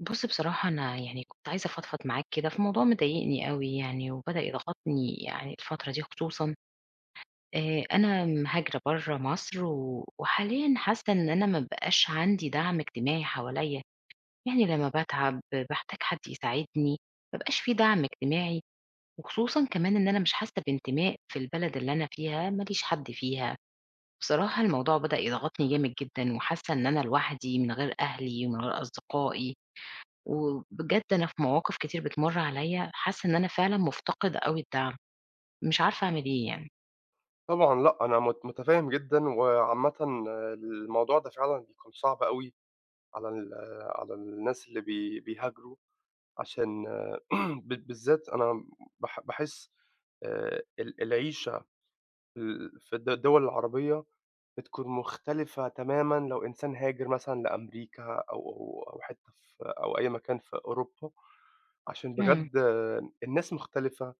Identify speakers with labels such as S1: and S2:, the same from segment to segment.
S1: بُص بصراحة أنا يعني كنت عايزة أفضفض معاك كده في موضوع مضايقني أوي يعني وبدأ يضغطني يعني الفترة دي خصوصًا، أنا مهاجرة برّه مصر و وحاليًا حاسة إن أنا ما بقاش عندي دعم اجتماعي حواليّا، يعني لمّا باتعب باحتاج حد يساعدني، ما بقاش في دعم اجتماعي وخصوصًا كمان إن أنا مش حاسة بانتماء في البلد اللي أنا فيها، ما ليش حد فيها، بصراحة الموضوع بدأ يضغطني جامد جدًا وحاسة إن أنا لوحدي من غير أهلي ومن غير أصدقائي. وبجد أنا في مواقف كتير بتمُر عليّا حاسة إن أنا فعلًا مُفتقدة أوي الدعم، مش عارفة أعمل إيه يعني.
S2: طبعًا لأ، أنا متفهّم جدًا، وعامةً الموضوع ده فعلًا بيكون صعب أوي على على الناس اللي بيهاجروا عشان بالذات أنا باحس العيشة في ال في الدول العربية بتكون مختلفة تمامًا لو إنسان هاجر مثلًا لأمريكا أو حتّة في أو أي مكان في أوروبا، عشان
S1: إمم،
S2: بجد آه، الناس مختلفة،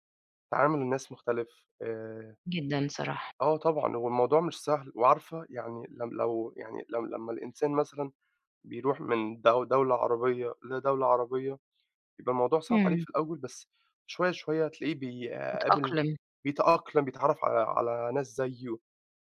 S2: تعامل الناس مختلف.
S1: جدًا صراحة.
S2: آه طبعًا، هو الموضوع مش سهل، وعارفة يعني لم لو يعني لم لمّا الإنسان مثلًا بيروح من دولة عربية لدولة عربية، يبقى الموضوع صعب عليه
S1: إمم.
S2: في الأول، بس شوية هتلاقيه
S1: باتأقلم.
S2: بيتأقلم، بيتعرّف على ناس زيّه.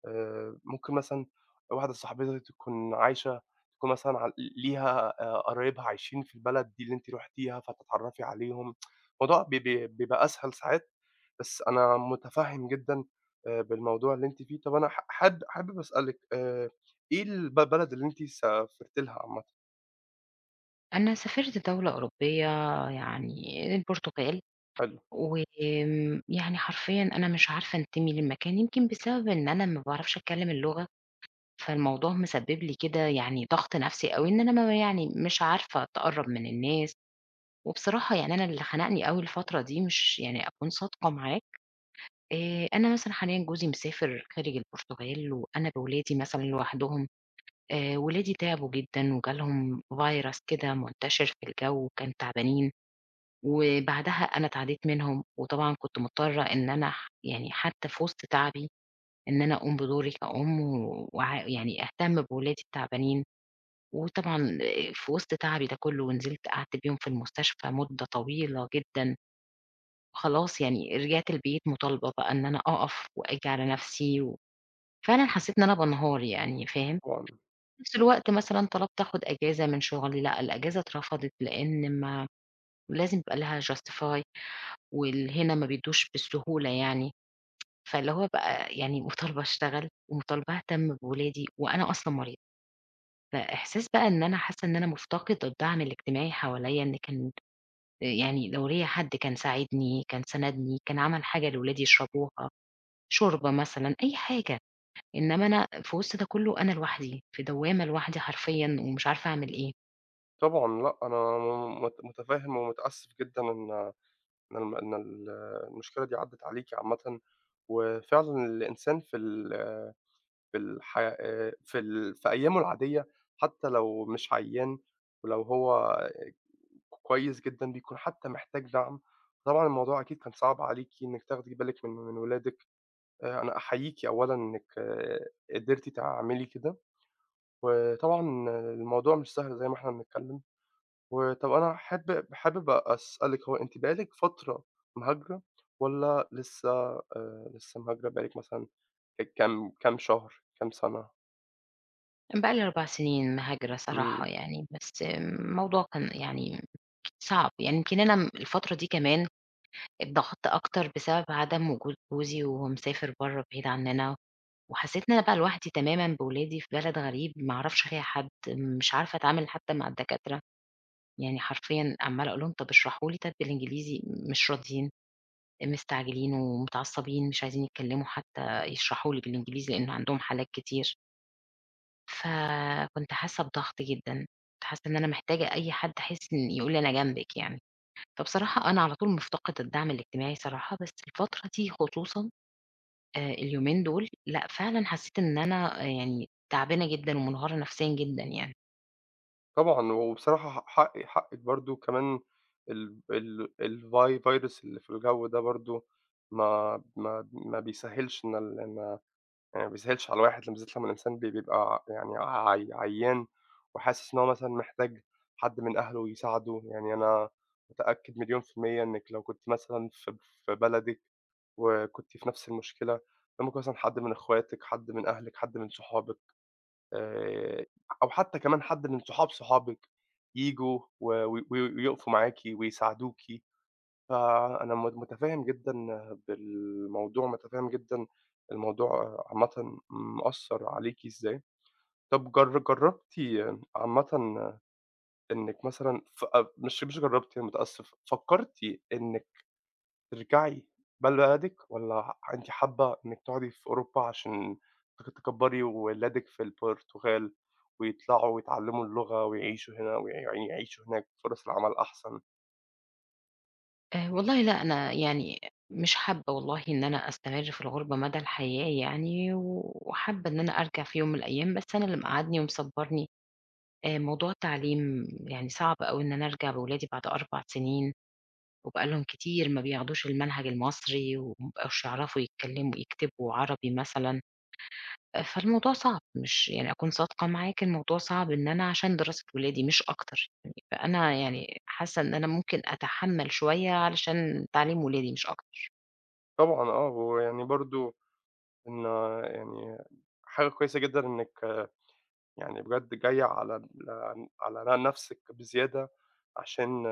S2: ممكن مثلًا واحدة صاحبتي تكون عايشة، تكون مثلًا ليها قرايبها عايشين في البلد دي اللي أنتِ رُحتيها، فتتعرّفي عليهم. الموضوع بي بي بيبقى أسهل ساعات، بس أنا مُتفهِّم جدًا بالموضوع اللي أنتِ فيه. طَب أنا ح حاب حابب أسألِك، إيه بلد اللي أنتِ سافرتِ لها عامةً؟
S1: أنا سافرت دولة أوروبية يعني البرتغال،
S2: حلو.
S1: يعني حرفيًا أنا مش عارفة أنتمي للمكان، يمكن بسبب إن أنا ما باعرفش أتكلم اللغة، فالموضوع مسبب لي كده يعني ضغط نفسي أوي، إن أنا ما يعني مش عارفة أتقرّب من الناس، وبصراحة يعني أنا اللي خنقني أوي الفترة دي مش يعني أكون صادقة معاك. أنا مثلًا حاليًا جوزي مسافر خارج البرتغال، وأنا بولادي مثلًا لوحدهم، ولادي تعبوا جدًا وجالهم virus كده منتشر في الجو وكانوا تعبانين، وبعدها أنا اتعديت منهم، وطبعًا كنت مضطرة إن أنا يعني حتى في وسط تعبي إن أنا أقوم بدوري كأم و- وع يعني أهتم بولادي التعبانين، وطبعًا آه، في وسط تعبي ده كله ونزلت قعدت بيهم في المستشفى مدة طويلة جدًا، خلاص يعني رجعت البيت مطالبة بقى إن أنا أقف وآجي على نفسي و فعلًا حسّيت إن أنا بانهار يعني فاهم،
S2: طبعًا،
S1: في نفس الوقت مثلًا طلبت آخد إجازة من شغلي، لأ الإجازة اترفضت لإن ما لازم يبقى لها justify وهنا ما بيدّوش بالسهولة يعني، فاللي هو بقى يعني مطالبة أشتغل ومطالبة أهتم بولادي وأنا أصلًا مريضة، فإحساس بقى إن أنا حاسّة إن أنا مفتقدة الدعم الاجتماعي حواليّا إن كان يعني لو ليّا حد كان ساعدني، كان ساندني، كان عمل حاجة لولادي يشربوها، شوربة مثلًا، أي حاجة. إنما أنا في وسط ده كله أنا لوحدي، في دوّامة لوحدي حرفيًا ومش عارفة أعمل إيه.
S2: طبعًا لأ، أنا م مت مُتفهِّم ومتأسف جدًا إن إن الم إن ال المشكلة دي عدّت عليكِ عامةً، وفعلًا الإنسان في ال في الح في ال في أيامه العادية حتى لو مش عيّان، ولو هو كويس جدًا بيكون حتى محتاج دعم، طبعًا الموضوع أكيد كان صعب عليكِ إنِّك تاخدي بالِك من ولادِك. أنا أحييكِ أولًا إنِّك قدرتِ تعملي كده، وطبعًا الموضوع مش سهل زي ما إحنا بنتكلّم، وطَب أنا حابب أسألِك، هو أنتِ بقى لِك فترة مهاجرة والّا لسه؟ لسه مهاجرة بقى لِك مثلًا كام شهر، كام سَنة؟
S1: أنا بقى لي 4 سنين مهاجرة صراحة
S2: إمم.
S1: يعني، بس الموضوع كان يعني صعب، يعني يمكن أنا الفترة دي كمان اتضغطت أكتر بسبب عدم وجود جوزي وهو مسافر برّه بعيد عننا، وحسّيت إن أنا بقى لوحدي تمامًا بولادي في بلد غريب ما أعرفش فيها حد، مش عارفة أتعامل حتى مع الدكاترة، يعني حرفيًا عمّالة أقول لهم طَب اشرحوا لي طَب بالإنجليزي، مش راضيين. مستعجلين ومتعصبين مش عايزين يتكلموا حتى يشرحوا لي بالإنجليزي لأن عندهم حالات كتير، فكنت حاسة بضغط جدًا، كنت حاسة إن أنا محتاجة أي حد أحس إن يقول لي أنا جنبِك يعني، فبصراحة أنا على طول مفتقدة الدعم الاجتماعي صراحة، بس الفترة دي خصوصًا اليومين دول لأ، فعلًا حسيت إن أنا آه، يعني تعبانة جدًا ومنهارة نفسيًا جدًا يعني.
S2: طبعًا، وبصراحة ح حقِّي حقِّك برضه، كمان ال ال الvi virus اللي في الجو ده برضه ما بيسهّلش إن ال إن يعني ما بيسهّلش على الواحد، بالذات لمّا الإنسان بيبقى يعني عيّان وحاسس إن هو مثلًا محتاج حد من أهله يساعده، يعني أنا متأكد مليون في المِيّة إنِّك لو كنتِ مثلًا في بلدِك وكنتِ في نَفْس المشكلة، كان ممكن مثلًا حد من إخواتِك، حد من أهلِك، حد من صحابِك، آآ أو حتى كمان حد من صحاب صحابِك ييجوا و و ويقفوا معاكِ ويساعدوكِ، فأنا متفهِّم جدًا بالموضوع، متفهِّم جدًا الموضوع عامةً مأثّر عليكِ إزاي. طَب جرّبتِ عامةً إنِّك مثلًا ف أ مش مش جرّبتِ أنا متأسف، فكّرتِ إنِّك ترجعي بلدِك، والّا أنتِ حابة إنِّك تقعدي في أوروبا عشان تكبّري ولادِك في البرتغال ويطلعوا ويتعلّموا اللغة ويعيشوا هنا يعيشوا هناك فرص العمل أحسن؟
S1: والله لأ، أنا يعني مش حابة والله إن أنا أستمر في الغُربة مدى الحياة يعني، وحابة إن أنا أرجع في يوم من الأيام، بس أنا اللي مقعّدني ومصبّرني موضوع التعليم يعني صعب أوي إن أنا أرجع بولادي بعد 4 سنين، وبقى لهم كتير ما بياخدوش المنهج المصري، وما بقوش يعرفوا يتكلموا يكتبوا عربي مثلًا، فالموضوع صعب، مش يعني أكون صادقة معاك الموضوع صعب إن أنا عشان دراسة ولادي مش أكتر، يعني. فأنا يعني حاسة إن أنا ممكن أتحمّل شوية علشان تعليم ولادي مش أكتر.
S2: طبعًا آه، ويعني برضه إن يعني حاجة كويسة جدًا إنِّك آه، يعني بجد جاية على على نَفْسِك بزيادة عشان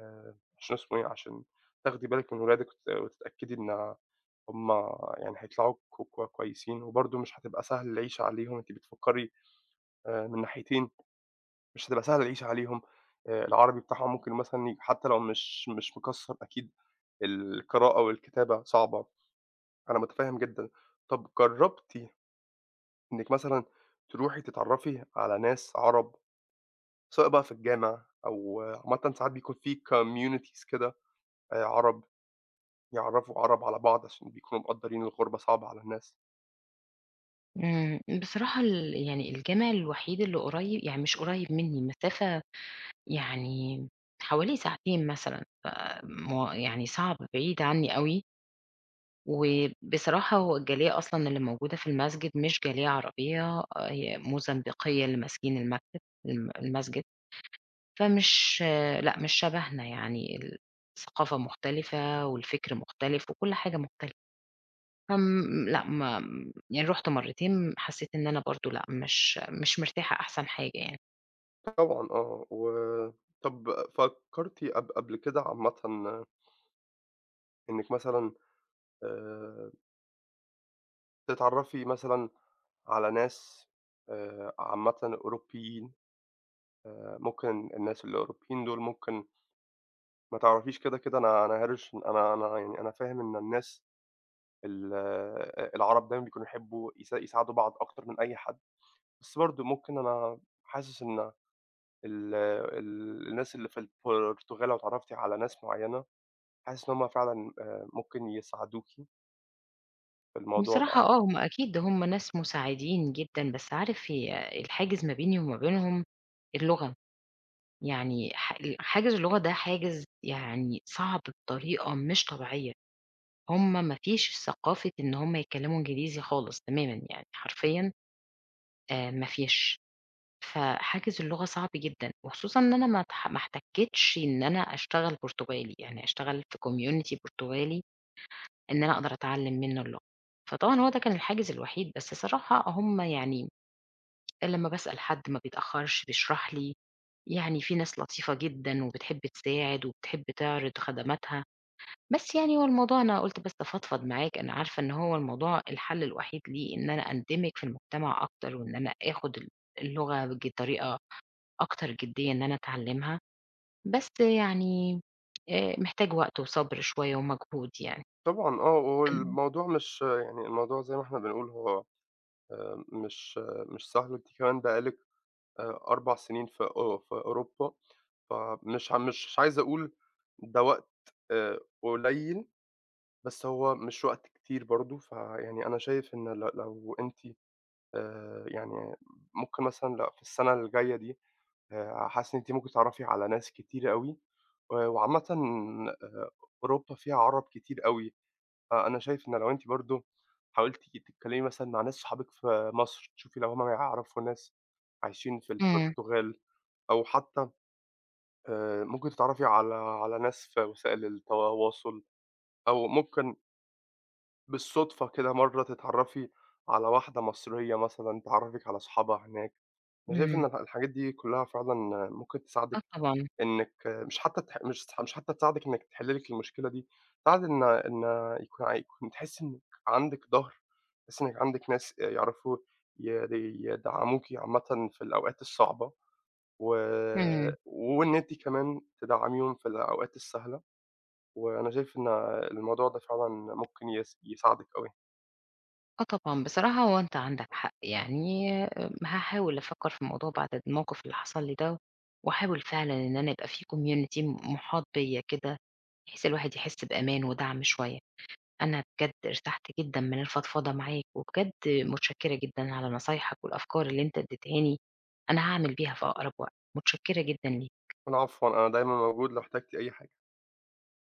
S2: عشان اسمه إيه، عشان تاخدي بالِك من ولادِك وتتأكدي إن هم يعني هيطلعوا ك ك كويسين، وبرضه مش هتبقى سهل العيشة عليهم، أنتِ بتفكّري من ناحيتين، مش هتبقى سهل العيشة عليهم، العربي بتاعهم ممكن مثلًا حتى لو مش مكسّر، أكيد القراءة والكتابة صعبة، أنا متفهّم جدًا. طَب جرّبتِ إنِّك مثلًا تروحي تتعرّفي على ناس عرب، سواء بقى في الجامع أو آه، عامةً ساعات بيكون في communities كده، عرب يعرّفوا عرب على بعض عشان بيكونوا مقدّرين الغُربة صعبة على الناس؟
S1: بصراحة يعني الجامع الوحيد اللي قريب يعني مش قريب منّي، مسافة يعني حوالي ساعتين مثلًا، ما يعني صعب بعيد عنّي أوي، وبصراحة هو الجالية أصلًا اللي موجودة في المسجد مش جالية عربية، آه، هي موزمبيقية اللي ماسكين المكتب المسجد، فمش آه، لأ، مش شبهنا يعني، الثقافة مختلفة والفكر مختلف وكل حاجة مختلفة. فم لأ، ما يعني رُحت مرّتين حسّيت إن أنا برضه لأ، مش مرتاحة أحسن حاجة يعني.
S2: طبعًا آه. و طَب فكّرتِ قبل كده عامةً إنِّك مثلًا آآ تتعرّفي مثلًا على ناس عامةً أوروبيين؟ ممكن الناس الأوروبيين دول ممكن ما تعرفيش كده، كده أنا أنا هارش أنا أنا يعني أنا فاهم إن الناس ال العرب دايمًا بيكونوا يحبّوا يساعدوا بعض أكتر من أي حد، بس برضه ممكن أنا حاسس إن ال ال الناس اللي في البرتغال لو اتعرّفتِ على ناس معيّنة، حاسس إن هُم فعلًا ممكن يساعدوكِ في الموضوع
S1: بصراحة
S2: ده.
S1: آه، هم أكيد هم ناس مساعدين جدًا، بس عارف هي الحاجز ما بيني وما بينهم اللغة، يعني حاجز اللغة ده حاجز يعني صعب بطريقة مش طبيعية، هم ما فيش ثقافة إن هم يتكلّموا إنجليزي خالص تمامًا يعني حرفيًا ما فيش. فحاجز اللغة صعب جدًا، وخصوصًا إن أنا ما احتكّتش إن أنا أشتغل برتغالي، يعني أشتغل في community برتغالي إن أنا أقدر أتعلّم منّه اللغة. فطبعًا هو ده كان الحاجز الوحيد، بس صراحة هم يعني لمّا باسأل حد ما بيتأخّرش، بيشرح لي، يعني في ناس لطيفة جدًا وبتحب تساعد وبتحب تعرض خدماتها، بس يعني هو الموضوع أنا قُلت بس أفضفض معاك، أنا عارفة إن هو الموضوع الحل الوحيد ليه إن أنا أندمج في المجتمع أكتر وإن أنا آخُد اللغة طريقة أكتر جدية إن أنا أتعلمها، بس يعني محتاج وقت وصبر شوية ومجهود يعني.
S2: طبعًا آه، هو
S1: إمم.
S2: الموضوع مش يعني الموضوع زي ما إحنا بنقول هو مش آه، مش سهل، وأنتِ كمان بقى لِك 4 سنين في أو في أوروبا، فمش ع مش عايز أقول ده وقت قليل، بس هو مش وقت كتير برضه، فيعني أنا شايف إن لو أنتِ آآ يعني ممكن مثلًا في السنة اللي جاية دي، حاسس إن أنتِ ممكن تتعرّفي على ناس كتير أوي، وعامةً آآ أوروبا فيها عرب كتير أوي، فأنا شايف إن لو أنتِ برضه حاولتِ تتكلّمي مثلًا مع ناس صحابِك في مصر، تشوفي لو هم يعرفوا ناس عايشين في
S1: إمم،
S2: البرتغال، أو حتى ممكن تتعرّفي على ناس في وسائل التواصل، أو ممكن بالصدفة كده مرّة تتعرّفي على واحدة مصرية مثلًا تعرّفِك على صحابها هناك. أنا شايف
S1: إمم،
S2: إن الحاجات دي كلّها فعلًا ممكن
S1: آه
S2: تساعدِك،
S1: طبعًا،
S2: إنِّك مش حتى تح مش ت مش حتى تساعدِك إنِّك تحلّي لِك المشكلة دي، تساعد إن إن يكون ع يكون تحسّي إنِّك عندِك ضهر، تحسّي إنِّك عندِك ناس يعرفوا ي يدعموكِ عامةً في الأوقات الصعبة، و
S1: إمم،
S2: وإن أنتِ كمان تدعميهم في الأوقات السهلة، وأنا شايف إن الموضوع ده فعلًا ممكن يساعدِك أوي.
S1: آه طبعًا. بصراحة هو أنت عندك حق، يعني هاحاول أفكّر في الموضوع بعد الموقف اللي حصل لي ده، وأحاول فعلًا إن أنا يبقى في community محاط بيّا كده، بحيث الواحد يحس بأمان ودعم شوية. أنا بجد ارتحت جدًا من الفضفضة معاك، وبجد متشكرة جدًا على نصايحك والأفكار اللي أنت اديتهاني، أنا هاعمل بيها في أقرب وقت، متشكرة جدًا ليك.
S2: العفو، أنا دايمًا موجود لو احتجتِ أي حاجة.